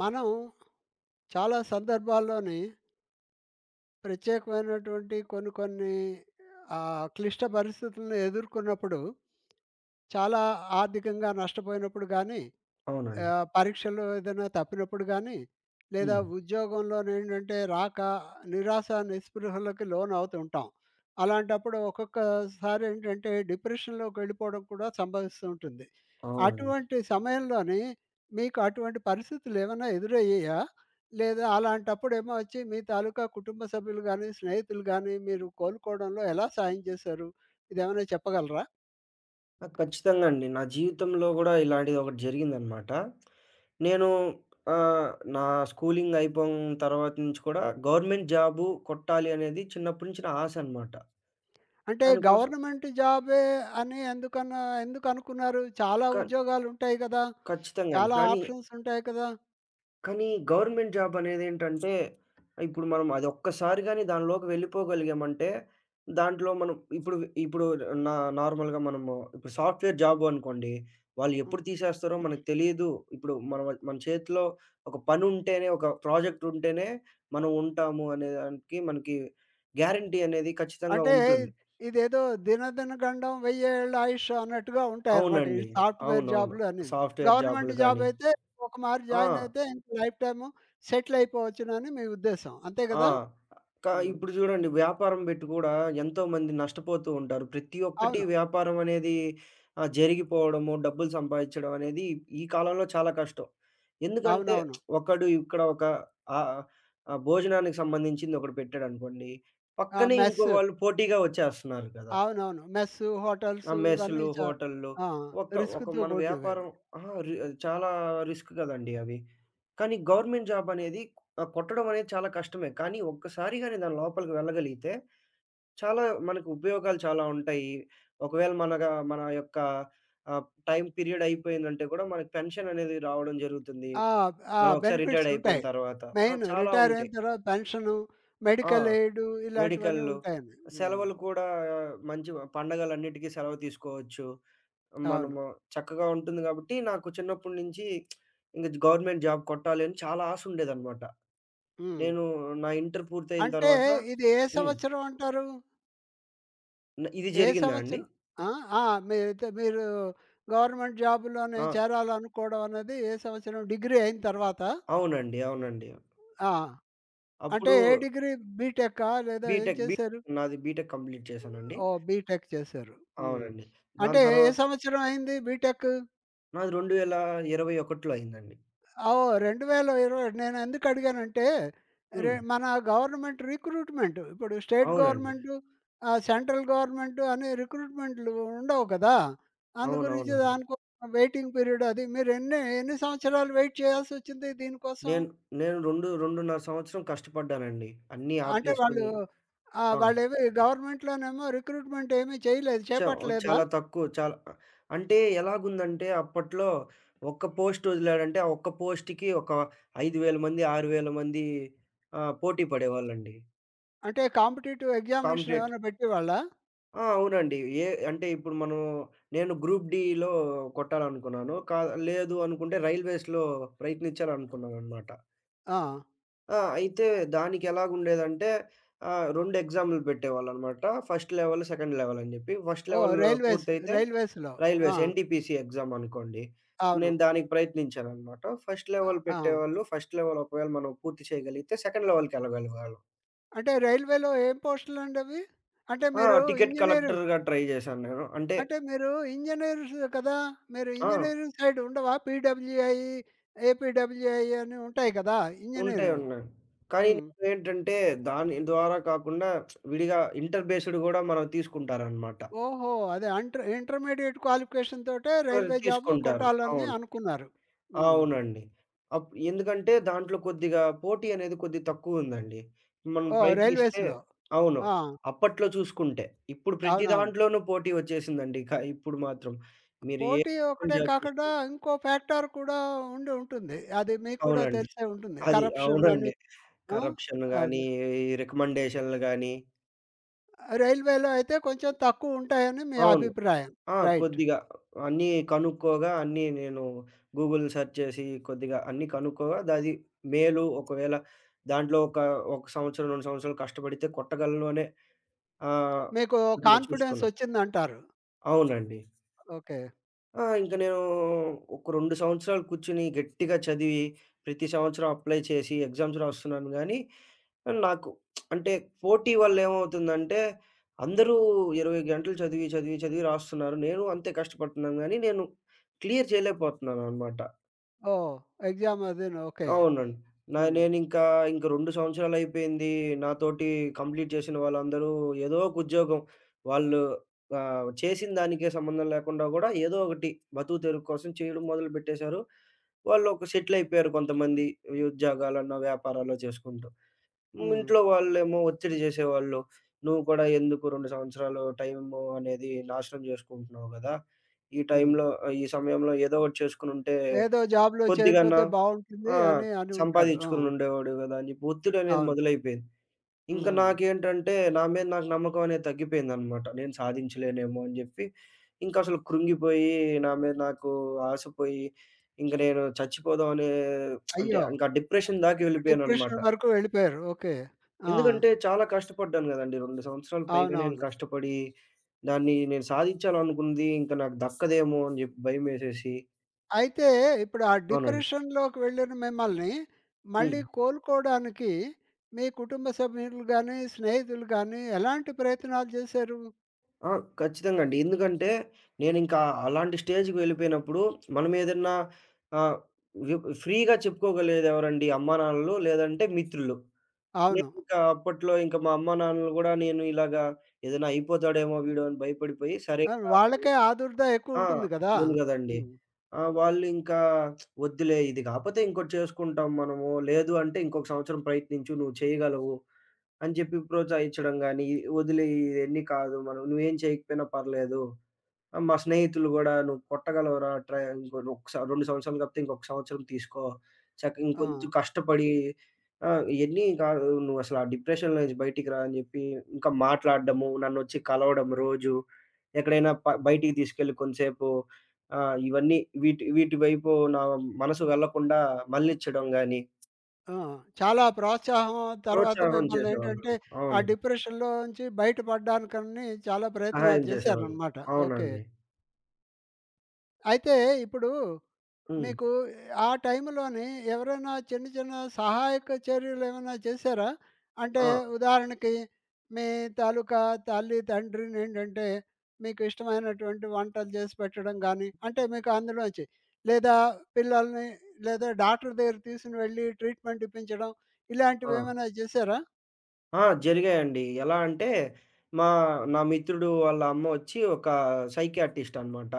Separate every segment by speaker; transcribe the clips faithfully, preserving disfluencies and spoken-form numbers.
Speaker 1: మనం చాలా సందర్భాల్లోని ప్రత్యేకమైనటువంటి కొన్ని కొన్ని ఆహ్, క్లిష్ట పరిస్థితులను ఎదుర్కొన్నప్పుడు చాలా ఆర్థికంగా నష్టపోయినప్పుడు గానీ,
Speaker 2: అవునండి.
Speaker 1: ఆహ్, పరీక్షల్లో ఏదైనా తప్పినప్పుడు గానీ, లేదా
Speaker 2: హ్మ్.
Speaker 1: ఉద్యోగంలోనేంటంటే రాక నిరాశ, నిస్పృహలకి లోనవుతుంటాం. అలాంటప్పుడు ఒక్కొక్కసారేంటంటే డిప్రెషన్‌లోకెళ్ళిపోవడం కూడా సంభవిస్తూ ఉంటుంది.
Speaker 2: అవునండి.
Speaker 1: అటువంటి సమయంలోని మీకు అటువంటి పరిస్థితులేమన్నా ఎదురయ్యాయా? లేదా అలాంటప్పుడేమో వచ్చి మీ తాలూకా కుటుంబ సభ్యులు గానీ, స్నేహితులు గానీ మీరు కోలుకోవడంలో ఎలా సాయం చేశారు? ఇదేమైనా చెప్పగలరా?
Speaker 2: ఆ! ఖచ్చితంగా అండి. నా జీవితంలో గూడా ఇలాంటిది ఒకటి జరిగిందనమాట. నేను ఆహ్, నా స్కూలింగ్ అయిపోంగిన తర్వాత నుంచి కూడా గవర్నమెంట్ జాబు కొట్టాలి అనేది చిన్నప్పటి నుంచి నా ఆశ అనమాట.
Speaker 1: అంటే
Speaker 2: దానికోసం
Speaker 1: గవర్నమెంట్ జాబే అని ఎందుకన్నా ఎందుకనుకున్నారు? చాలా
Speaker 2: క
Speaker 1: ఉద్యోగాలుంటాయి కదా!
Speaker 2: ఖచ్చితంగా అండి.
Speaker 1: చాలా
Speaker 2: కానీ
Speaker 1: ఆప్షన్స్ ఉంటాయి కదా!
Speaker 2: కానీ గవర్నమెంట్ జాబ్ అనేదేంటంటే, ఇప్పుడు మనం అదొక్కసారి గాని దానిలోకి వెళ్ళిపోగలిగామంటే, దాంట్లో మనం ఇప్పుడు ఇప్పుడు నా నార్మల్‌గా మనము ఇప్పుడు సాఫ్ట్‌వేర్ జాబు అనుకోండి. వాళ్ళు ఎప్పుడు
Speaker 1: హ్మ్.
Speaker 2: తీసేస్తారో మనకు తెలీదు. ఇప్పుడు మన మన చేతిలో ఒక పనుంటేనే, ఒక ప్రాజెక్ట్ ఉంటేనే మనం ఉంటాము అనే దానికి మనకి గ్యారంటీ అనేది ఖచ్చితంగా
Speaker 1: అంటే
Speaker 2: ఉంటుంది.
Speaker 1: ఇదేదో దినదిన గండం వెయ్యేళ్ళ ఆయుష్ అన్నట్టుగా ఉంటాయన్నమాట. ఈ
Speaker 2: అవునండి.
Speaker 1: సాఫ్ట్‌వేర్
Speaker 2: అవునవును.
Speaker 1: జాబ్‌లు అన్నీను.
Speaker 2: సాఫ్ట్‌వేర్
Speaker 1: గవర్నమెంట్
Speaker 2: జాబులు
Speaker 1: జాబ్
Speaker 2: గాని.
Speaker 1: అయితే ఒక మారి
Speaker 2: ఆ!
Speaker 1: జాయిన్ అయితే ఇంక లైఫ్ టైము సెటిల్ అయిపోవచ్చునని మీ ఉద్దేశం. అంతే
Speaker 2: ఆ!
Speaker 1: కదా?
Speaker 2: క
Speaker 1: హ్మ్.
Speaker 2: ఇప్పుడు జూడండి వ్యాపారం బెట్టి గూడా ఎంతోమంది నష్టపోతూ ఉంటారు. ప్రతి ఒక్కటి
Speaker 1: అవును.
Speaker 2: వ్యాపారం అనేది ఆహ్, జరిగిపోవడము, డబ్బులు సంపాదిచ్చడం అనేది ఈ కాలంలో చాలా కష్టం. ఎందుకంటే
Speaker 1: అవునవును.
Speaker 2: ఒకడు ఇక్కడ ఒక ఆహ్, ఆ భోజనానికి సంబంధించింది ఒకడు పెట్టాడనుకోండి,
Speaker 1: ఆ!
Speaker 2: పక్కనే ఇంకో
Speaker 1: మెస్.
Speaker 2: వాళ్ళు పోటీగా వచ్చేస్తున్నారు కదా!
Speaker 1: అవునవును. మెస్సు,
Speaker 2: ఆ!
Speaker 1: హోటల్సు ఇవన్నీ
Speaker 2: మెస్‌లు,
Speaker 1: చా
Speaker 2: హోటల్‌లు
Speaker 1: ఆ!
Speaker 2: ఒక ఒక
Speaker 1: రిస్క్‌తో
Speaker 2: మన వ్యాపారం
Speaker 1: కూడినవవి.
Speaker 2: అహా! రి చాలా రిస్క్ కదండీ అవి. కానీ గవర్నమెంట్ జాబ్ అనేది ఆహ్, కొట్టడం అనేది చాలా కష్టమే. కానీ ఒక్కసారి గాని దాని లోపలికి వెళ్ళగలిగితే చాలా మనకు ఉపయోగాలు చాలా ఉంటాయి. ఒకవేళ మనగా మన యొక్క ఆహ్, టైమ్ పీరియడ్ అయిపోయిందంటే కూడా మనకు పెన్షన్ అనేది రావడం జరుగుతుంది.
Speaker 1: ఆ! ఆ!
Speaker 2: మనం ఒకసారి
Speaker 1: బెనిఫిట్స్
Speaker 2: రిటైర్డ్ అయిపోయిన
Speaker 1: ఉంటాయి.
Speaker 2: తర్వాత. ఆ!
Speaker 1: మెయిన్
Speaker 2: చాలా
Speaker 1: రిటైర్ అయిన
Speaker 2: ఉంటాయి.
Speaker 1: తర్వాత పెన్షను,
Speaker 2: ఆ!
Speaker 1: మెడికల్ ఎయిడు ఇలాంటివన్నీ
Speaker 2: మెడికల్‌లు
Speaker 1: ఉంటాయండి. హ్మ్.
Speaker 2: సెలవులు కూడా ఆ, మంచి పండగలన్నిటికి సెలవు తీసుకోవచ్చు.
Speaker 1: అవును.
Speaker 2: మనము చక్కగా ఉంటుంది గాబట్టి, నాకు చిన్నప్పటి నుంచి ఇంక గవర్నమెంట్ జాబ్ కొట్టాలి అని చాలా ఆశ ఉండేదనమాట.
Speaker 1: హ్మ్.
Speaker 2: నేను నా ఇంటర్ పూర్తయిన
Speaker 1: అంటే
Speaker 2: తర్వాత
Speaker 1: ఇది ఏ
Speaker 2: హ్మ్.
Speaker 1: సంవత్సరం అంటారు?
Speaker 2: న ఇది
Speaker 1: ఏ
Speaker 2: జరిగిందా అండి?
Speaker 1: సంవత్సరం? ఆ! ఆ! మీరైతే మీరు గవర్నమెంట్ జాబ్‌లోనే
Speaker 2: ఆ!
Speaker 1: చేరాలనుకోవడం అనేది ఏ సంవత్సరం డిగ్రీ అయిన తర్వాత?
Speaker 2: అవునండి. అవునండి.
Speaker 1: ఆ! అంటే
Speaker 2: అప్పుడు
Speaker 1: ఏ డిగ్రీ బీటెకా? లేదా ఏం
Speaker 2: బీటెక్ బీ
Speaker 1: చేశారు?
Speaker 2: నాది బీటెక్ కంప్లీట్ చేశానండి.
Speaker 1: ఓహ్! బీటెక్ చేశారు. హ్మ్.
Speaker 2: అవునండి. దాని
Speaker 1: అంటే ఏ
Speaker 2: తర్వాత
Speaker 1: సంవత్సరం అయింది బీటెక్?
Speaker 2: నాది రెండు వేల ఇరవై ఒకటిలో అయిందండి.
Speaker 1: ఆ! ఓహ్! రెండు వేల ఇరవై నేను ఎందుకు అడిగానంటే, రె
Speaker 2: హ్మ్.
Speaker 1: మన గవర్నమెంట్ రిక్రూట్‌మెంట్ ఇప్పుడు స్టేట్
Speaker 2: అవునండి.
Speaker 1: గవర్నమెంటు, ఆహ్, సెంట్రల్ గవర్నమెంటు అని రిక్రూట్‌మెంట్‌లు ఉండవు కదా! అందు గురించి
Speaker 2: అవునవునండి.
Speaker 1: దానికోసం వెయిటింగ్ పీరియడ్ అది. మీరు ఎన్ని ఎన్ని సంవత్సరాలు వెయిట్ చేయాల్సొచ్చింది దీనికోసం?
Speaker 2: నేను నేను రెండు, రెండు పాయింట్ ఐదు సంవత్సరం కష్టపడ్డానండి. అన్నీ
Speaker 1: అంటే వాళ్ళు
Speaker 2: ఆపేసుకొని.
Speaker 1: ఆహ్,
Speaker 2: ఆ!
Speaker 1: వాళ్ళేమి గవర్నమెంట్‌లోనేమో రిక్రూట్‌మెంట్ ఏమీ చేయలేదు
Speaker 2: చ
Speaker 1: చేపట్టలేదా?
Speaker 2: చాలా తక్కువ. చాలా ఆహ్, అంటే ఎలాగుందంటే అప్పట్లో ఒక్క పోస్ట్ వదిలాడంటే, ఆ ఒక్క పోస్ట్‌కి ఒక ఐదు వేల మంది, ఆరు వేల మంది ఆహ్, పోటీ పడేవాళ్ళండి.
Speaker 1: అంటే కాంపిటీటివ్ ఎగ్జామినేషన్
Speaker 2: కాంపిటేట్
Speaker 1: ఏమైనా పెట్టేవాళ్ళా?
Speaker 2: ఆ! అవునండి. ఏ అంటే ఇప్పుడు మనం నేను గ్రూప్ డీలో కొట్టాలనుకున్నాను. కా లేదు అనుకుంటే రైల్వేస్‌లో ప్రయత్నించాలనుకున్నాననమాట.
Speaker 1: ఆ!
Speaker 2: ఆ! అయితే దానికెలాగుండేదంటే ఆహ్, రెండు ఎగ్జామ్‌లు పెట్టేవాళ్ళనమాట. ఫస్ట్ లెవెల్, సెకండ్ లెవెల్ అని జెప్పి. ఫస్ట్
Speaker 1: ఓహ్!
Speaker 2: లెవెల్
Speaker 1: రైల్వేస్
Speaker 2: పూర్తయితే
Speaker 1: రైల్వేస్‌లో. ఆ!
Speaker 2: రైల్వేస్ ఎన్‌టీపీసీ ఎగ్జామ్ అనుకోండి.
Speaker 1: అవును.
Speaker 2: నేను దానికి ప్రయత్నించాననమాట. ఫస్ట్
Speaker 1: అ!
Speaker 2: లెవెల్
Speaker 1: ఆ!
Speaker 2: పెట్టేవాళ్ళు. ఫస్ట్ లెవెల్ ఒకవేళ మనం పూర్తి చేయగలిగితే సెకండ్ లెవెల్‌కి ఎళ్ళగలిగేవాళ్ళం.
Speaker 1: అంటే రైల్వేలో ఏం పోస్టులండి అవి? అంటే
Speaker 2: ఆ!
Speaker 1: మీరు
Speaker 2: టికెట్
Speaker 1: ఇంజినీరింగ్
Speaker 2: కలెక్టర్‌గా ట్రై జేశాను నేను. అంటే
Speaker 1: అంటే మీరు ఇంజినీర్స్ కదా! మీరు
Speaker 2: ఆ!
Speaker 1: ఇంజినీరింగ్ సైడ్ ఉండవా? పీడబ్ల్యూఐ, ఏపీడబ్ల్యూఐ అని ఉంటాయి కదా!
Speaker 2: ఉంటాయి.
Speaker 1: ఇంజినీరింగ్.
Speaker 2: ఉన్నాయి. కానీ
Speaker 1: హ్మ్.
Speaker 2: నేనేంటంటే దాని ద్వారా కాకుండా విడిగా ఇంటర్ బేస్డ్ గూడా మనం తీసుకుంటారనమాట.
Speaker 1: ఓహో! అదే అంటర్ ఇంటర్మీడియేట్ క్వాలిఫికేషన్ తోటే
Speaker 2: ఆ!
Speaker 1: రైల్వే జాబ్
Speaker 2: తీసుకుంటారు.
Speaker 1: కొట్టాలని
Speaker 2: అవును.
Speaker 1: అనుకున్నారు. హ్మ్.
Speaker 2: అవునండి. అప్ ఎందుకంటే దాంట్లో కొద్దిగా పోటీ అనేది కొద్దిగా తక్కువుందండి. మనం
Speaker 1: ఓహ్!
Speaker 2: ప్రయత్నిస్తే
Speaker 1: రైల్వేస్‌లో.
Speaker 2: అవును.
Speaker 1: ఆ!
Speaker 2: అప్పట్లో చూసుకుంటే. ఇప్పుడు ప్రతి
Speaker 1: అవునవును.
Speaker 2: దాంట్లోనూ పోటీ వచ్చేసిందండి. క ఇప్పుడు మాత్రం. మీరు ఏ
Speaker 1: పోటీ ఒకటే
Speaker 2: జాబ్
Speaker 1: కాకుండా
Speaker 2: చూసుకుంటే
Speaker 1: ఇంకో ఫ్యాక్టర్ కూడా ఉండి ఉంటుంది. అది మీకు కూడా
Speaker 2: అవునండి.
Speaker 1: తెలిసే ఉంటుంది.
Speaker 2: అది
Speaker 1: కరప్షన్ అని.
Speaker 2: అవునండి.
Speaker 1: ఆ!
Speaker 2: కరప్షన్ గాని,
Speaker 1: అది.
Speaker 2: ఈ రికమెండేషన్‌లు గాని
Speaker 1: రైల్వేలో అయితే కొంచెం తక్కువ ఉంటాయని మీ
Speaker 2: అవును.
Speaker 1: అభిప్రాయం.
Speaker 2: ఆ!
Speaker 1: రైట్.
Speaker 2: కొద్దిగా అన్నీ కనుక్కోగా అన్నీ నేను గూగుల్ సెర్చ్ చేసి కొద్దిగా అన్నీ కనుక్కోగా దది మేలు ఒకవేళ దాంట్లో ఒక, ఒక సంవత్సరం, రెండు సంవత్సరాలు కష్టపడితే కొట్టగలను అనే ఆహ్,
Speaker 1: మీకు
Speaker 2: కొద్దిగా
Speaker 1: కాన్ఫిడెన్స్
Speaker 2: చూసుకున్నా.
Speaker 1: వచ్చిందంటారు.
Speaker 2: అవునండి.
Speaker 1: ఓకే.
Speaker 2: ఆ! ఇంక నేను ఒక రెండు సంవత్సరాలు కూర్చొని గట్టిగా చదివి, ప్రతి సంవత్సరం అప్లై చేసి ఎగ్జామ్స్ రాస్తున్నాను గానీ, నాకు అంటే పోటీ వల్ల ఏమవుతుందంటే, అందరూ ఇరవై గంటలు చదివి, చదివి, చదివి రాస్తున్నారు. నేను అంతే కష్టపడుతున్నాను గానీ, నేను క్లియర్ చేయలేకపోతున్నాననమాట.
Speaker 1: ఓహ్! ఎగ్జామ్ అదీను. ఓకే.
Speaker 2: అవునండి. నా
Speaker 1: హ్మ్.
Speaker 2: నేనింకా ఇంక రెండు సంవత్సరాలయిపోయింది. నాతోటి కంప్లీట్ చేసిన వాళ్ళందరూ ఏదో ఒక ఉద్యోగం వాళ్ళు ఆహ్, చేసిన దానికే సంబంధం లేకుండా గూడా ఏదో ఒకటి బతుకు తెరువు కోసం చేయడం మొదలుపెట్టేశారు. వాళ్ళొక సెటిలయిపోయారు కొంతమంది ఈ ఉద్యోగాలనో, వ్యాపారాల్లో చేసుకుంటూ. హ్మ్.
Speaker 1: హ్మ్.
Speaker 2: ఇంట్లో వాళ్ళేమో ఒత్తిడి చేసేవాళ్ళు. "నువ్వు కూడా ఎందుకు రెండు సంవత్సరాలు టైము అనేది నాశనం చేసుకుంటున్నావు గదా! ఈ
Speaker 1: హ్మ్.
Speaker 2: టైంలో ఆహ్, ఈ సమయంలో ఏదో ఒకటి చేసుకొనుంటే
Speaker 1: ఏదో జాబ్‌లో
Speaker 2: కొద్దిగన్నా"
Speaker 1: చేరిపోతే బావుంటుంది
Speaker 2: ఆ!
Speaker 1: అని అని ఉంటారు. ఆ!
Speaker 2: సంపాదించుకుని ఉండేవాడు గదా! అని చెప్పి ఒత్తిడనేది
Speaker 1: అవును.
Speaker 2: మొదలైపోయింది. ఇంక
Speaker 1: హుహు.
Speaker 2: నాకేంటంటే, నా మీద నాకు నమ్మకం అనేది తగ్గిపోయిందనమాట. నేను సాధించలేనేమో అని జెప్పి, ఇంకసలు కృంగిపోయి, నా మీద నాకు ఆశ పోయి, ఇంక నేను చచ్చిపోదాం అనే అంటే
Speaker 1: అయ్యో!
Speaker 2: ఇంక డిప్రెషన్ దాకా వెళ్ళిపోయాననమాట.
Speaker 1: డిప్రెషన్ వరకు వెళ్ళిపోయారు. ఓకే. ఆ!
Speaker 2: ఎందుకంటే, చాలా కష్టపడ్డాను గదండీ! రెండు సంవత్సరాలు పైగా నేను
Speaker 1: అవునవును.
Speaker 2: కష్టపడి, దాన్ని నేను సాధించాలనుకుంది ఇంక నాకు దక్కదేమో అని జెప్పి భయమేసేసి
Speaker 1: అయితే ఇప్పుడు ఆ
Speaker 2: అవునండి.
Speaker 1: డిప్రెషన్‌లోకి వెళ్ళిన మిమ్మల్ని
Speaker 2: హ్మ్.
Speaker 1: మళ్ళీ కోలుకోవడానికి మీ కుటుంబ సభ్యులు గానీ, స్నేహితులు గానీ ఎలాంటి ప్రయత్నాలు చేశారు?
Speaker 2: ఆ! ఖచ్చితంగా అండి. ఎందుకంటే, నేనింకా అలాంటి స్టేజ్‌కి వెళ్ళిపోయినప్పుడు, మనం ఏదన్నా ఆహ్, వి ఫ్రీగా చెప్పుకోగలిగేది ఎవరండి? అమ్మా, నాన్నలు లేదంటే మిత్రులు.
Speaker 1: అవును.
Speaker 2: నేనింకా అప్పట్లో ఇంక మా అమ్మా, నాన్నలు గూడా నేను ఇలాగా ఏదైనా అయిపోతాడేమో వీడు అని భయపడిపోయి సరే
Speaker 1: ఆ! వాళ్ళకే ఆదుర్దా ఎక్కువ
Speaker 2: ఆ!
Speaker 1: ఉంటుంది గదా!
Speaker 2: అవును గదండీ.
Speaker 1: హ్మ్.
Speaker 2: ఆ! వాళ్ళింకా వద్దులే ఇది గాపోతే ఇంకోటి చేసుకుంటాం మనము. లేదు అంటే ఇంకొక సంవత్సరం ప్రయత్నించు నువ్వు చేయగలవు అని జెప్పి ప్రోత్సహించడం గానీ, వదిలేయి ఇయన్నీ కాదు మనం నువ్వేం చేయకపోయినా పర్లేదు. ఆ! మా స్నేహితులు గూడా "నువ్వు కొట్టగలవురా ట్రై ఇంకో ఒకస రెండు సంవత్సరాలు కాకపోతే ఇంకొక సంవత్సరం తీసుకో. చక్క
Speaker 1: ఆ!
Speaker 2: ఇంకొంచెం కష్టపడి ఆహ్, ఇయన్నీ కాదు నువ్వసల ఆ డిప్రెషన్‌లో నుంచి బయటికి రా" అని జెప్పి ఇంకా మాట్లాడడము, నన్నొచ్చి కలవడం రోజు. ఎక్కడైనా ప బయటికి తీసుకెళ్ళి కొంతసేపు ఆహ్, ఇవన్నీ వీటి వీటి వైపు నా మనసు వెళ్ళకుండా మళ్ళిచ్చడం గాని,
Speaker 1: ఆ! చాలా ప్రోత్సాహం తర్వాత
Speaker 2: ప్రోత్సాహం చేసేవాళ్ళు.
Speaker 1: మిమ్మల్నేంటంటే, ఆ
Speaker 2: అవునండి.
Speaker 1: డిప్రెషన్‌లోంచి బయటపడడానికని చాలా
Speaker 2: సహాయం
Speaker 1: ప్రయత్నాలు
Speaker 2: చేసేవాళ్ళు.
Speaker 1: చేశారనమాట. ఓకే.
Speaker 2: అవునండి.
Speaker 1: అయితే ఇప్పుడు
Speaker 2: హ్మ్.
Speaker 1: మీకు ఆ టైంలోని ఎవరైనా చిన్న చిన్న సహాయక చర్యలేమైనా చేశారా? అంటే
Speaker 2: ఆ!
Speaker 1: ఉదాహరణకి మీ తాలూకా తల్లి, తండ్రిని ఏంటంటే మీకు ఇష్టమైనటువంటి వంటలు చేసి పెట్టడం గానీ, అంటే మీకు అందులోంచి లేదా పిల్లల్ని లేదా డాక్టర్ దగ్గర తీసుకొని వెళ్లి ట్రీట్‌మెంట్ ఇప్పించడం
Speaker 2: ఆ!
Speaker 1: ఇలాంటివేమైనా చేశారా?
Speaker 2: ఆ! జరిగాయండి. ఎలా అంటే, మా నా మిత్రుడు వాళ్ళ అమ్మ వచ్చి ఒక సైకియాట్రిస్ట్ అనమాట.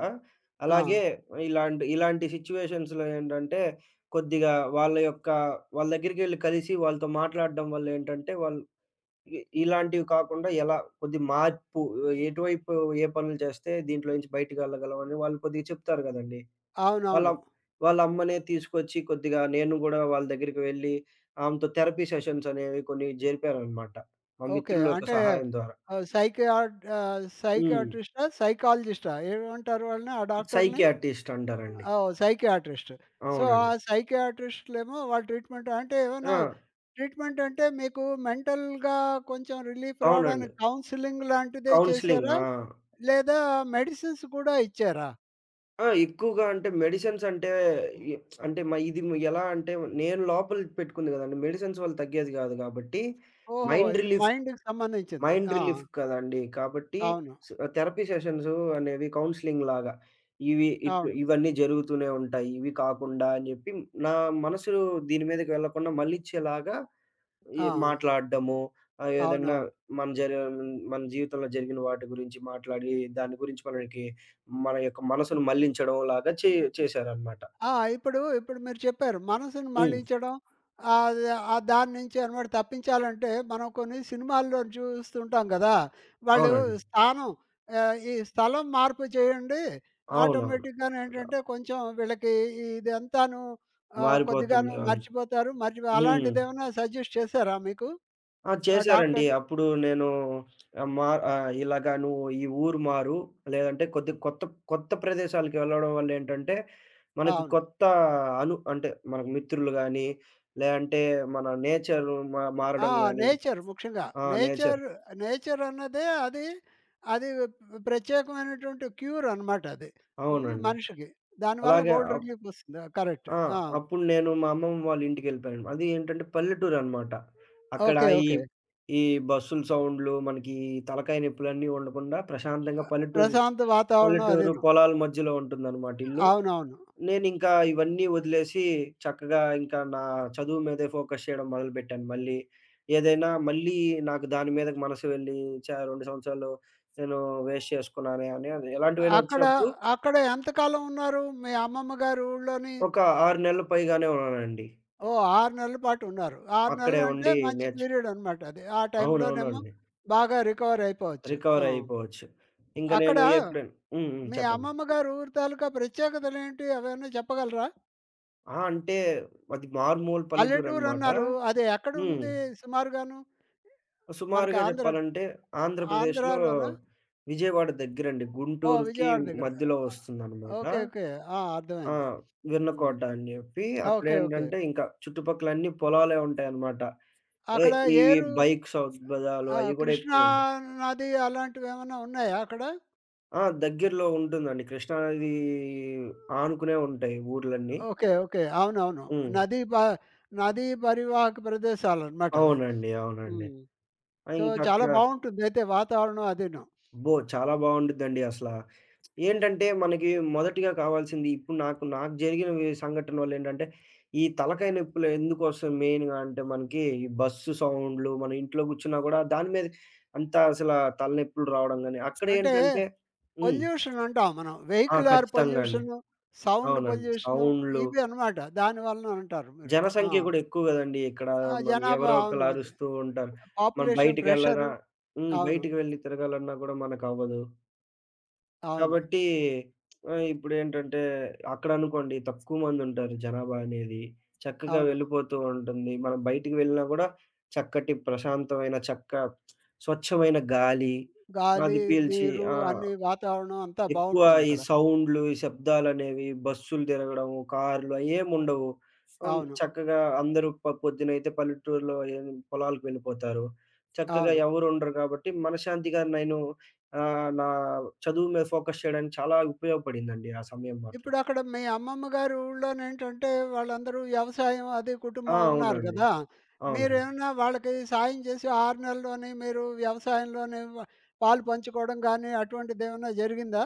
Speaker 1: ఆ!
Speaker 2: అలాగే ఇలాంటి ఇలాంటి సిట్యుయేషన్స్‌లో ఏంటంటే, కొద్దిగా వాళ్ళ యొక్క వాళ్ళ దగ్గరికెళ్లి కలిసి వాళ్ళతో మాట్లాడడం వల్ల ఏంటంటే, వాళ్ళు ఇ ఇలాంటివి కాకుండా ఎలా కొద్ది మార్పు ఎటువైపు ఏ పనులు చేస్తే దీంట్లో నుంచి బయటికెళ్ళగలం అని వాళ్ళు కొద్దిగా చెప్తారు కదండీ! వాళ్ళ
Speaker 1: అవునవును.
Speaker 2: వాళ్ళ అమ్మనే తీసుకొచ్చి కొద్దిగా నేను గూడా వాళ్ళ దగ్గరికి వెళ్ళి, ఆమెతో థెరపీ సెషన్స్ అనేవి కొన్ని జరిపాననమాట. మా
Speaker 1: ఓకే.
Speaker 2: మిత్రుల యొక్క
Speaker 1: అంటే
Speaker 2: సహాయం ద్వారా.
Speaker 1: ఆహ్, సైకియాట్ ఆహ్,
Speaker 2: హ్మ్.
Speaker 1: సైకియాట్రిస్టా? సైకాలజిస్టా ఏమంటారు వాళ్ళని ఆ డాక్టర్‌ని?
Speaker 2: సైకియాట్రిస్ట్ అంటారండి.
Speaker 1: ఆ! సైకియాట్రిస్ట్. సో, ఆ
Speaker 2: అవునండి.
Speaker 1: సైకియాట్రిస్ట్‌లేమో వాళ్ళ ట్రీట్‌మెంట్ అంటే
Speaker 2: ఆ!
Speaker 1: ఏమైనా ట్రీట్‌మెంట్ అంటే మీకు మెంటల్‌గా కొంచెం రిలీఫ్
Speaker 2: అవునండి.
Speaker 1: రావడానికి కౌన్సెలింగ్ లాంటిదే
Speaker 2: కౌన్సెలింగ్.
Speaker 1: చేశారా?
Speaker 2: ఆ!
Speaker 1: లేదా మెడిసిన్స్ కూడా ఇచ్చారా?
Speaker 2: ఆ! ఎక్కువగా అంటే మెడిసిన్స్ అంటే ఎ అంటే మ ఇది ఎలా అంటే నేను లోపల పెట్టుకుంది గదండీ! మెడిసిన్స్ వల్ల తగ్గేది గాదు గాబట్టి
Speaker 1: ఓహో!
Speaker 2: మైండ్
Speaker 1: ఇది
Speaker 2: రిలీఫ్
Speaker 1: మైండ్‌కి సంబంధించింది.
Speaker 2: మైండ్
Speaker 1: ఆ!
Speaker 2: రిలీఫ్ కదండీ. కాబట్టి
Speaker 1: అవును.
Speaker 2: స్ థెరపీ సెషన్సు అనేవి కౌన్సెలింగ్ లాగా. ఇవి ఇట్లు
Speaker 1: అవును.
Speaker 2: ఇవన్నీ జరుగుతూనే ఉంటాయి. ఇవి కాకుండా అని జెప్పి నా మనసు దీని మీదకి వెళ్ళకుండా మళ్ళిచ్చేలాగా ఈ
Speaker 1: ఆ!
Speaker 2: మాట్లాడడము. ఆహ్, ఏదన్నా
Speaker 1: అవునవును.
Speaker 2: మన జరి మన జీవితంలో జరిగిన వాటి గురించి మాట్లాడి, దాని గురించి మనకి మన యొక్క మనసును మళ్ళించడం లాగా చే చేశారనమాట.
Speaker 1: ఆ! ఇప్పుడు, ఇప్పుడు మీరు చెప్పారు. మనసుని
Speaker 2: హ్మ్.
Speaker 1: మళ్ళించడం ఆహ్, ఆహ్, దాని నుంచి అనమాట తప్పించాలంటే మనం కొన్ని సినిమాల్లో చూస్తుంటాం గదా! వాళ్ళు
Speaker 2: అవునండి.
Speaker 1: స్థానం ఆహ్, ఈ స్థలం మార్పు చేయండి.
Speaker 2: అవునవును.
Speaker 1: ఆటోమేటిక్‌గాను ఏంటంటే కొంచెం వీళ్ళకి ఇదంతాను ఆహ్,
Speaker 2: మారిపోతుంది
Speaker 1: కొద్దిగాను
Speaker 2: ఆలోచన.
Speaker 1: మర్చిపోతారు. మర్చి
Speaker 2: హ్మ్.
Speaker 1: అలాంటిదేమన్నా సజెస్ట్ చేశారా మీకు?
Speaker 2: ఆ!
Speaker 1: ఆ
Speaker 2: చేశారండి.
Speaker 1: డాక్టర్
Speaker 2: అప్పుడు నేను ఆహ్, మా ఆహ్, ఇలాగ నువ్వు ఈ ఊరు మారు. లేదంటే కొద్దిగా కొత్త కొత్త ప్రదేశాలకు వెళ్ళడం వల్ల ఏంటంటే, మనకి
Speaker 1: అవును.
Speaker 2: కొత్త అను అంటే మనకు మిత్రులు గాని, లేదంటే మన నేచర్ మా
Speaker 1: ఆ!
Speaker 2: మారడం గాని
Speaker 1: నేచర్ ముఖ్యంగా.
Speaker 2: ఆ! నేచర్.
Speaker 1: నేచర్, నేచర్ అన్నదే అది, అది ప్రత్యేకమైనటువంటి క్యూర్ అనమాట అది. హ్మ్.
Speaker 2: అవునండి.
Speaker 1: మనిషికి. దానివల్ల
Speaker 2: అలాగే
Speaker 1: బోలెడు
Speaker 2: అప్
Speaker 1: రిలీఫ్ వస్తుంది. కరెక్ట్.
Speaker 2: ఆ!
Speaker 1: ఆ!
Speaker 2: అప్పుడు నేను మా అమ్మమ్మ వాళ్ళ ఇంటికెళ్ళిపోయాను. అది ఏంటంటే పల్లెటూరనమాట. అక్కడ
Speaker 1: ఓకే.
Speaker 2: ఈ
Speaker 1: ఓకే.
Speaker 2: ఈ బస్సుల సౌండ్‌లు మనకి తలకాయ నొప్పులన్నీ ఉండకుండా ప్రశాంతంగా పల్లెటూరు
Speaker 1: ప్రశాంత వాతావరణం
Speaker 2: పల్లెటూరు
Speaker 1: అదీను.
Speaker 2: పొలాల మధ్యలో ఉంటుందనమాట ఇల్లు.
Speaker 1: అవునవును.
Speaker 2: నేనింకా ఇవన్నీ వదిలేసి చక్కగా ఇంకా నా చదువు మీదే ఫోకస్ చేయడం మొదలుపెట్టాను మళ్ళీ. ఏదైనా మళ్ళీ నాకు దాని మీదకి మనసు వెళ్ళి, ఛా! రెండు సంవత్సరాలు నేను వేస్ట్ చేసుకున్నానే అని అది ఎలాంటివైనా
Speaker 1: అక్కడ,
Speaker 2: వచ్చినప్పుడు
Speaker 1: అక్కడ ఎంతకాలం ఉన్నారు? మీ అమ్మమ్మ గారి ఊళ్ళోని?
Speaker 2: ఒక ఆరు నెలలు పైగానే ఉన్నానండి.
Speaker 1: ఓహ్! ఆరు నెలల పాటు ఉన్నారు. ఆరు
Speaker 2: అక్కడే
Speaker 1: నెలలు అంటే
Speaker 2: ఉండి
Speaker 1: మంచి
Speaker 2: నేర్చు
Speaker 1: పీరియడ్ అనమాట అది. ఆ టైంలోనేమో
Speaker 2: అవునవునండి.
Speaker 1: బాగా రికవర్ అయిపోవచ్చు.
Speaker 2: రికవర్
Speaker 1: ఆ!
Speaker 2: అయిపోవచ్చు. ఇంక
Speaker 1: అక్కడ
Speaker 2: నేను ఎప్పుడైనా హ్మ్. హ్మ్.
Speaker 1: మీ
Speaker 2: చెప్పండి.
Speaker 1: అమ్మమ్మ గారి ఊరు తాలూకా ప్రత్యేకతలేంటి? అవేవన్నా చెప్పగలరా?
Speaker 2: ఆ! అంటే అది మారుమూల
Speaker 1: పల్లెటూరు
Speaker 2: పల్లెటూరనమాట.
Speaker 1: అన్నారు. అది
Speaker 2: హ్మ్.
Speaker 1: ఎక్కడుంది సుమారుగాను? మనకి
Speaker 2: సుమారుగా
Speaker 1: ఆంధ్ర
Speaker 2: జెప్పాలంటే ఆంధ్రప్రదేశ్‌లో
Speaker 1: ఆంధ్రాలోనా?
Speaker 2: విజయవాడ దగ్గరండి.
Speaker 1: ఓహ్!
Speaker 2: గుంటూరుకి
Speaker 1: విజయవాడ దగ్గర.
Speaker 2: మధ్యలో
Speaker 1: ఆ!
Speaker 2: వస్తుందనమాట.
Speaker 1: ఓకే. ఓకే. ఆ!
Speaker 2: ఆ!
Speaker 1: అర్థమైంది. హ్మ్.
Speaker 2: వెన్నకోట అని జెప్పి
Speaker 1: ఓకే. ఓకే.
Speaker 2: అక్కడేంటంటే ఇంకా చుట్టుపక్కలన్నీ పొలాలే ఉంటాయనమాట. ఏ
Speaker 1: అక్కడ
Speaker 2: ఇవి
Speaker 1: ఏరు
Speaker 2: బైక్ సౌత్ బజార్లు
Speaker 1: ఆ!
Speaker 2: అయి గూడా
Speaker 1: కృష్ణా
Speaker 2: ఎక్కువుంటాయి.
Speaker 1: నది అలాంటివేమన్నా ఉన్నాయా అక్కడ?
Speaker 2: ఆ! దగ్గరలో ఉంటుందండి. కృష్ణా నది ఆనుకునే ఉంటాయి ఊర్లన్నీ.
Speaker 1: ఓకే. ఓకే. అవునవును.
Speaker 2: హ్మ్.
Speaker 1: నదీ ప నదీ పరివాహక ప్రదేశాలనమాట అవి.
Speaker 2: అవునండి. అవునండి.
Speaker 1: హ్మ్.
Speaker 2: ఆ!
Speaker 1: సో, చాలా
Speaker 2: ఇంకక్కడ
Speaker 1: బావుంటుందయితే వాతావరణం అదీను.
Speaker 2: అబ్బో! చాలా బావుండిద్దండి అసలా. ఏంటంటే మనకి మొదటిగా కావాల్సింది ఇప్పుడు నాకు నాకు జరిగిన వి సంఘటన వల్ల ఏంటంటే, ఈ తలకాయ నొప్పులు ఎందుకొస్తాయి మెయిన్‌గా అంటే మనకి ఈ బస్సు సౌండ్‌లు, మనం ఇంట్లో కూర్చున్నా కూడా దాని మీద అంత అసల తలనొప్పులు రావడం గాని, అక్కడ
Speaker 1: అంటే
Speaker 2: ఏంటంటే హ్మ్.
Speaker 1: పొల్యూషన్ అంటాం మనం.
Speaker 2: ఆ!
Speaker 1: వెహిక్యులర్
Speaker 2: ఖచ్చితంగా అండి.
Speaker 1: పొల్యూషను, సౌండ్
Speaker 2: అవునండి.
Speaker 1: పొల్యూషను
Speaker 2: సౌండ్‌లు,
Speaker 1: ఇవి అనమాట. దానివలన అంటారు మీరు. ఆ!
Speaker 2: జనసంఖ్య కూడా ఎక్కువ గదండీ ఇక్కడ.
Speaker 1: ఆ!
Speaker 2: మన
Speaker 1: జనాభా
Speaker 2: ఎవరో
Speaker 1: అవును.
Speaker 2: ఒకళ్ళు
Speaker 1: అది.
Speaker 2: అరుస్తూ ఉంటారు. మనం
Speaker 1: పాపులేషన్
Speaker 2: బయటికెళ్ళనా
Speaker 1: ప్రెషరు.
Speaker 2: హ్మ్.
Speaker 1: అవును.
Speaker 2: బయటికి వెళ్లి తిరగాలన్నా కూడా మనకవ్వదు.
Speaker 1: అవును.
Speaker 2: కాబట్టి ఆహ్, ఇప్పుడేంటంటే అక్కడనుకోండి తక్కువ మందుంటారు జనాభా అనేది. చక్కగా
Speaker 1: అవును.
Speaker 2: వెళ్ళిపోతూ ఉంటుంది. మనం బయటికి వెళ్ళినా గూడా చక్కటి ప్రశాంతమైన, చక్క స్వచ్ఛమైన గాలి
Speaker 1: గాలి,
Speaker 2: అది పీల్చి
Speaker 1: నీరు
Speaker 2: ఆ!
Speaker 1: అన్నీ వాతావరణం అంతా
Speaker 2: ఎక్కువ ఈ
Speaker 1: బావుంటుందక్కడ.
Speaker 2: సౌండ్‌లు, ఈ శబ్దాలనేవి బస్సులు తిరగడం, కార్లు అయ్యేముండవు. హ్మ్.
Speaker 1: అవును.
Speaker 2: చక్కగా అందరూ ప పొద్దునైతే పల్లెటూరులో ఏం పొలాలకు వెళ్ళిపోతారు. చక్కగా
Speaker 1: అవును.
Speaker 2: ఎవరుండరు కాబట్టి మనశ్శాంతిగా నేను ఆహ్, నా చదువు మీద ఫోకస్ చేయడానికి చాలా ఉపయోగపడిందండి ఆ సమయం మాత్రం.
Speaker 1: ఇప్పుడక్కడ మీ అమ్మమ్మ గారి ఊర్లోనేంటంటే వాళ్ళందరూ వ్యవసాయం అది
Speaker 2: ఆ!
Speaker 1: కుటుంబం అన్నారు
Speaker 2: అవునండి.
Speaker 1: గదా!
Speaker 2: అవునండి.
Speaker 1: మీరేమన్నా వాళ్ళకి సాయం చేసి ఆరు నెలల్లోని మీరు వ్యవసాయంలోని వ పాలు పంచుకోవడం గానీ అటువంటిదేమన్నా జరిగిందా?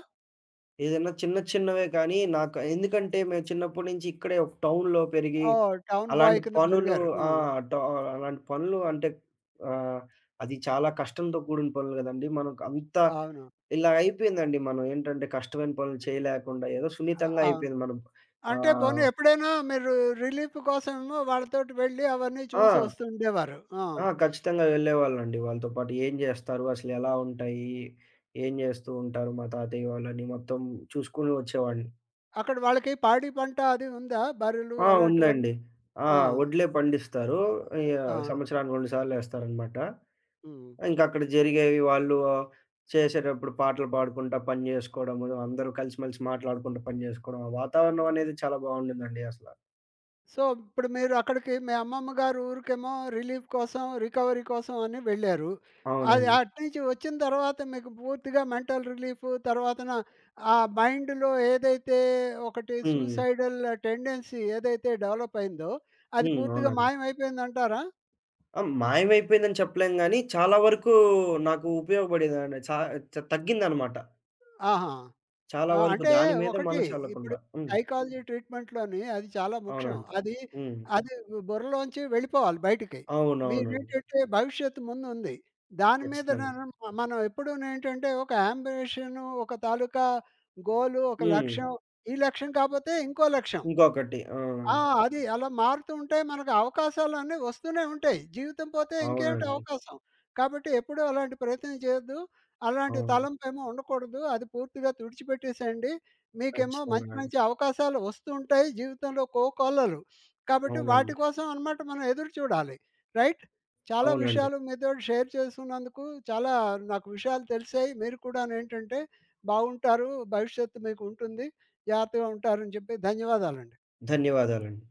Speaker 2: ఏదైనా చిన్న చిన్నవే కానీ నాకు ఎందుకంటే మేము చిన్నప్పటి నుంచి ఇక్కడే ఒక టౌన్‌లో పెరిగి,
Speaker 1: ఓహ్! టౌన్ బాయ్
Speaker 2: అలాంటి
Speaker 1: కింద
Speaker 2: పనులు
Speaker 1: పెరిగారు.
Speaker 2: ఆ!
Speaker 1: ఆ!
Speaker 2: ట అలాంటి పనులు అంటే ఆహ్, అది చాలా కష్టంతో కూడిన పనులు కదండీ. మనకు అంతా
Speaker 1: అవును.
Speaker 2: ఇలా అయిపోయిందండి మనం ఏంటంటే కష్టమైన పనులు చేయలేకుండా ఏదో సున్నితంగా
Speaker 1: అవును.
Speaker 2: అయిపోయింది మనం.
Speaker 1: అంటే పోనీ
Speaker 2: ఆహ్,
Speaker 1: ఎప్పుడైనా మీరు రిలీఫ్ కోసమేమో వాళ్ళతోటి వెళ్ళి అవన్నీ
Speaker 2: ఆ!
Speaker 1: చూసి వస్తుండేవారు. ఆ!
Speaker 2: ఆ! ఖచ్చితంగా వెళ్ళేవాళ్ళండి. వాళ్ళతో పాటు ఏం చేస్తారు? అసలు ఎలా ఉంటాయి? ఏం చేస్తూ ఉంటారు మా తాతయ్య వాళ్ళని మొత్తం చూసుకొని వచ్చేవాడిని.
Speaker 1: అక్కడ వాళ్ళకి పాడి పంట అది ఉందా? బర్రెలు
Speaker 2: ఆ!
Speaker 1: అలాంటివన్నీ?
Speaker 2: ఉందండి. ఆ!
Speaker 1: ఆ!
Speaker 2: వడ్లే పండిస్తారు. యాహ్!
Speaker 1: ఆ!
Speaker 2: సంవత్సరానికి రెండు సార్లేస్తారనమాట.
Speaker 1: హ్మ్.
Speaker 2: ఇంకక్కడ జరిగేవి వాళ్ళు చేసేటప్పుడు పాటలు పాడుకుంటా పని జేసుకోవడము, అందరూ కలిసిమెలిసి మాట్లాడుకుంటూ పని జేసుకోవడం, ఆ వాతావరణం అనేది చాలా బావుండిందండి అసల.
Speaker 1: సో, ఇప్పుడు మీరు అక్కడికి మీ అమ్మమ్మ గారి ఊరికేమో రిలీఫ్ కోసం, రికవరీ కోసం అని వెళ్లారు. అది
Speaker 2: అవునండి.
Speaker 1: అటునుంచి వచ్చిన తర్వాత మీకు పూర్తిగా మెంటల్ రిలీఫ్ తర్వాతన ఆ మైండ్‌లో ఏదైతే ఒకటి
Speaker 2: హ్మ్.
Speaker 1: సూసైడల్ టెండెన్సీ ఏదైతే డెవలప్ అయిందో, అది
Speaker 2: హ్మ్.
Speaker 1: పూర్తిగా
Speaker 2: అవునండి.
Speaker 1: మాయమైపోయిందంటారా?
Speaker 2: ఆ! మాయమైపోయిందని చెప్పలేం గానీ, చాలా వరకు నాకు ఉపయోగపడేదండి. చా చ తగ్గిందనమాట.
Speaker 1: ఆహా!
Speaker 2: చాలా
Speaker 1: ఆ!
Speaker 2: వరకు
Speaker 1: అంటే
Speaker 2: దాని మీద
Speaker 1: ఒకటి ఇప్పుడు
Speaker 2: మనసెళ్ళకుండా. హ్మ్.
Speaker 1: సైకాలజీ ట్రీట్‌మెంట్‌లోని అది చాలా ముఖ్యం.
Speaker 2: అవునండి.
Speaker 1: అది
Speaker 2: హ్మ్.
Speaker 1: అది బుర్రలోంచి వెళ్ళిపోవాలి బయటికి.
Speaker 2: అవునవునండి.
Speaker 1: మీరేంటంటే భవిష్యత్తు ముందుంది. దాని
Speaker 2: ఖచ్చితంగా.
Speaker 1: మీదనను మనం ఎప్పుడూనేంటంటే ఒక యాంబిషన్ ఒక తాలూకా గోలు, ఒక
Speaker 2: హ్మ్.
Speaker 1: లక్ష్యం. ఈ లక్ష్యం కాపోతే ఇంకో లక్ష్యం.
Speaker 2: ఇంకొకటి. ఆ!
Speaker 1: ఆ! అది అలా మారుతూ ఉంటే మనకు అవకాశాలన్నీ వస్తూనే ఉంటాయి. జీవితం పోతే ఇంకేమిటి
Speaker 2: అవునండి.
Speaker 1: అవకాశం. కాబట్టి ఎప్పుడూ అలాంటి ప్రయత్నం చేయొద్దు. అలాంటి
Speaker 2: అవును.
Speaker 1: తలంపేమో ఉండకూడదు. అది పూర్తిగా తుడిచిపెట్టేసేయండి. మీకేమో
Speaker 2: ఖచ్చితంగా
Speaker 1: మంచి
Speaker 2: అండి.
Speaker 1: మంచి అవకాశాలు వస్తూ ఉంటాయి జీవితంలో కోకొల్లలు. కాబట్టి
Speaker 2: అవునండి.
Speaker 1: వాటి కోసం అన్నమాట మనం ఎదురు చూడాలి. రైట్? చాలా
Speaker 2: అవునండి.
Speaker 1: విషయాలు మీతోటి షేర్ చేసుకున్నందుకు చాలా నాకు విషయాలు తెలిసాయి. మీరు కూడానేంటంటే బావుంటారు. భవిష్యత్తు మీకు ఉంటుంది. జాగ్రత్తగా ఉంటారని చెప్పి ధన్యవాదాలండి.
Speaker 2: ధన్యవాదాలండి.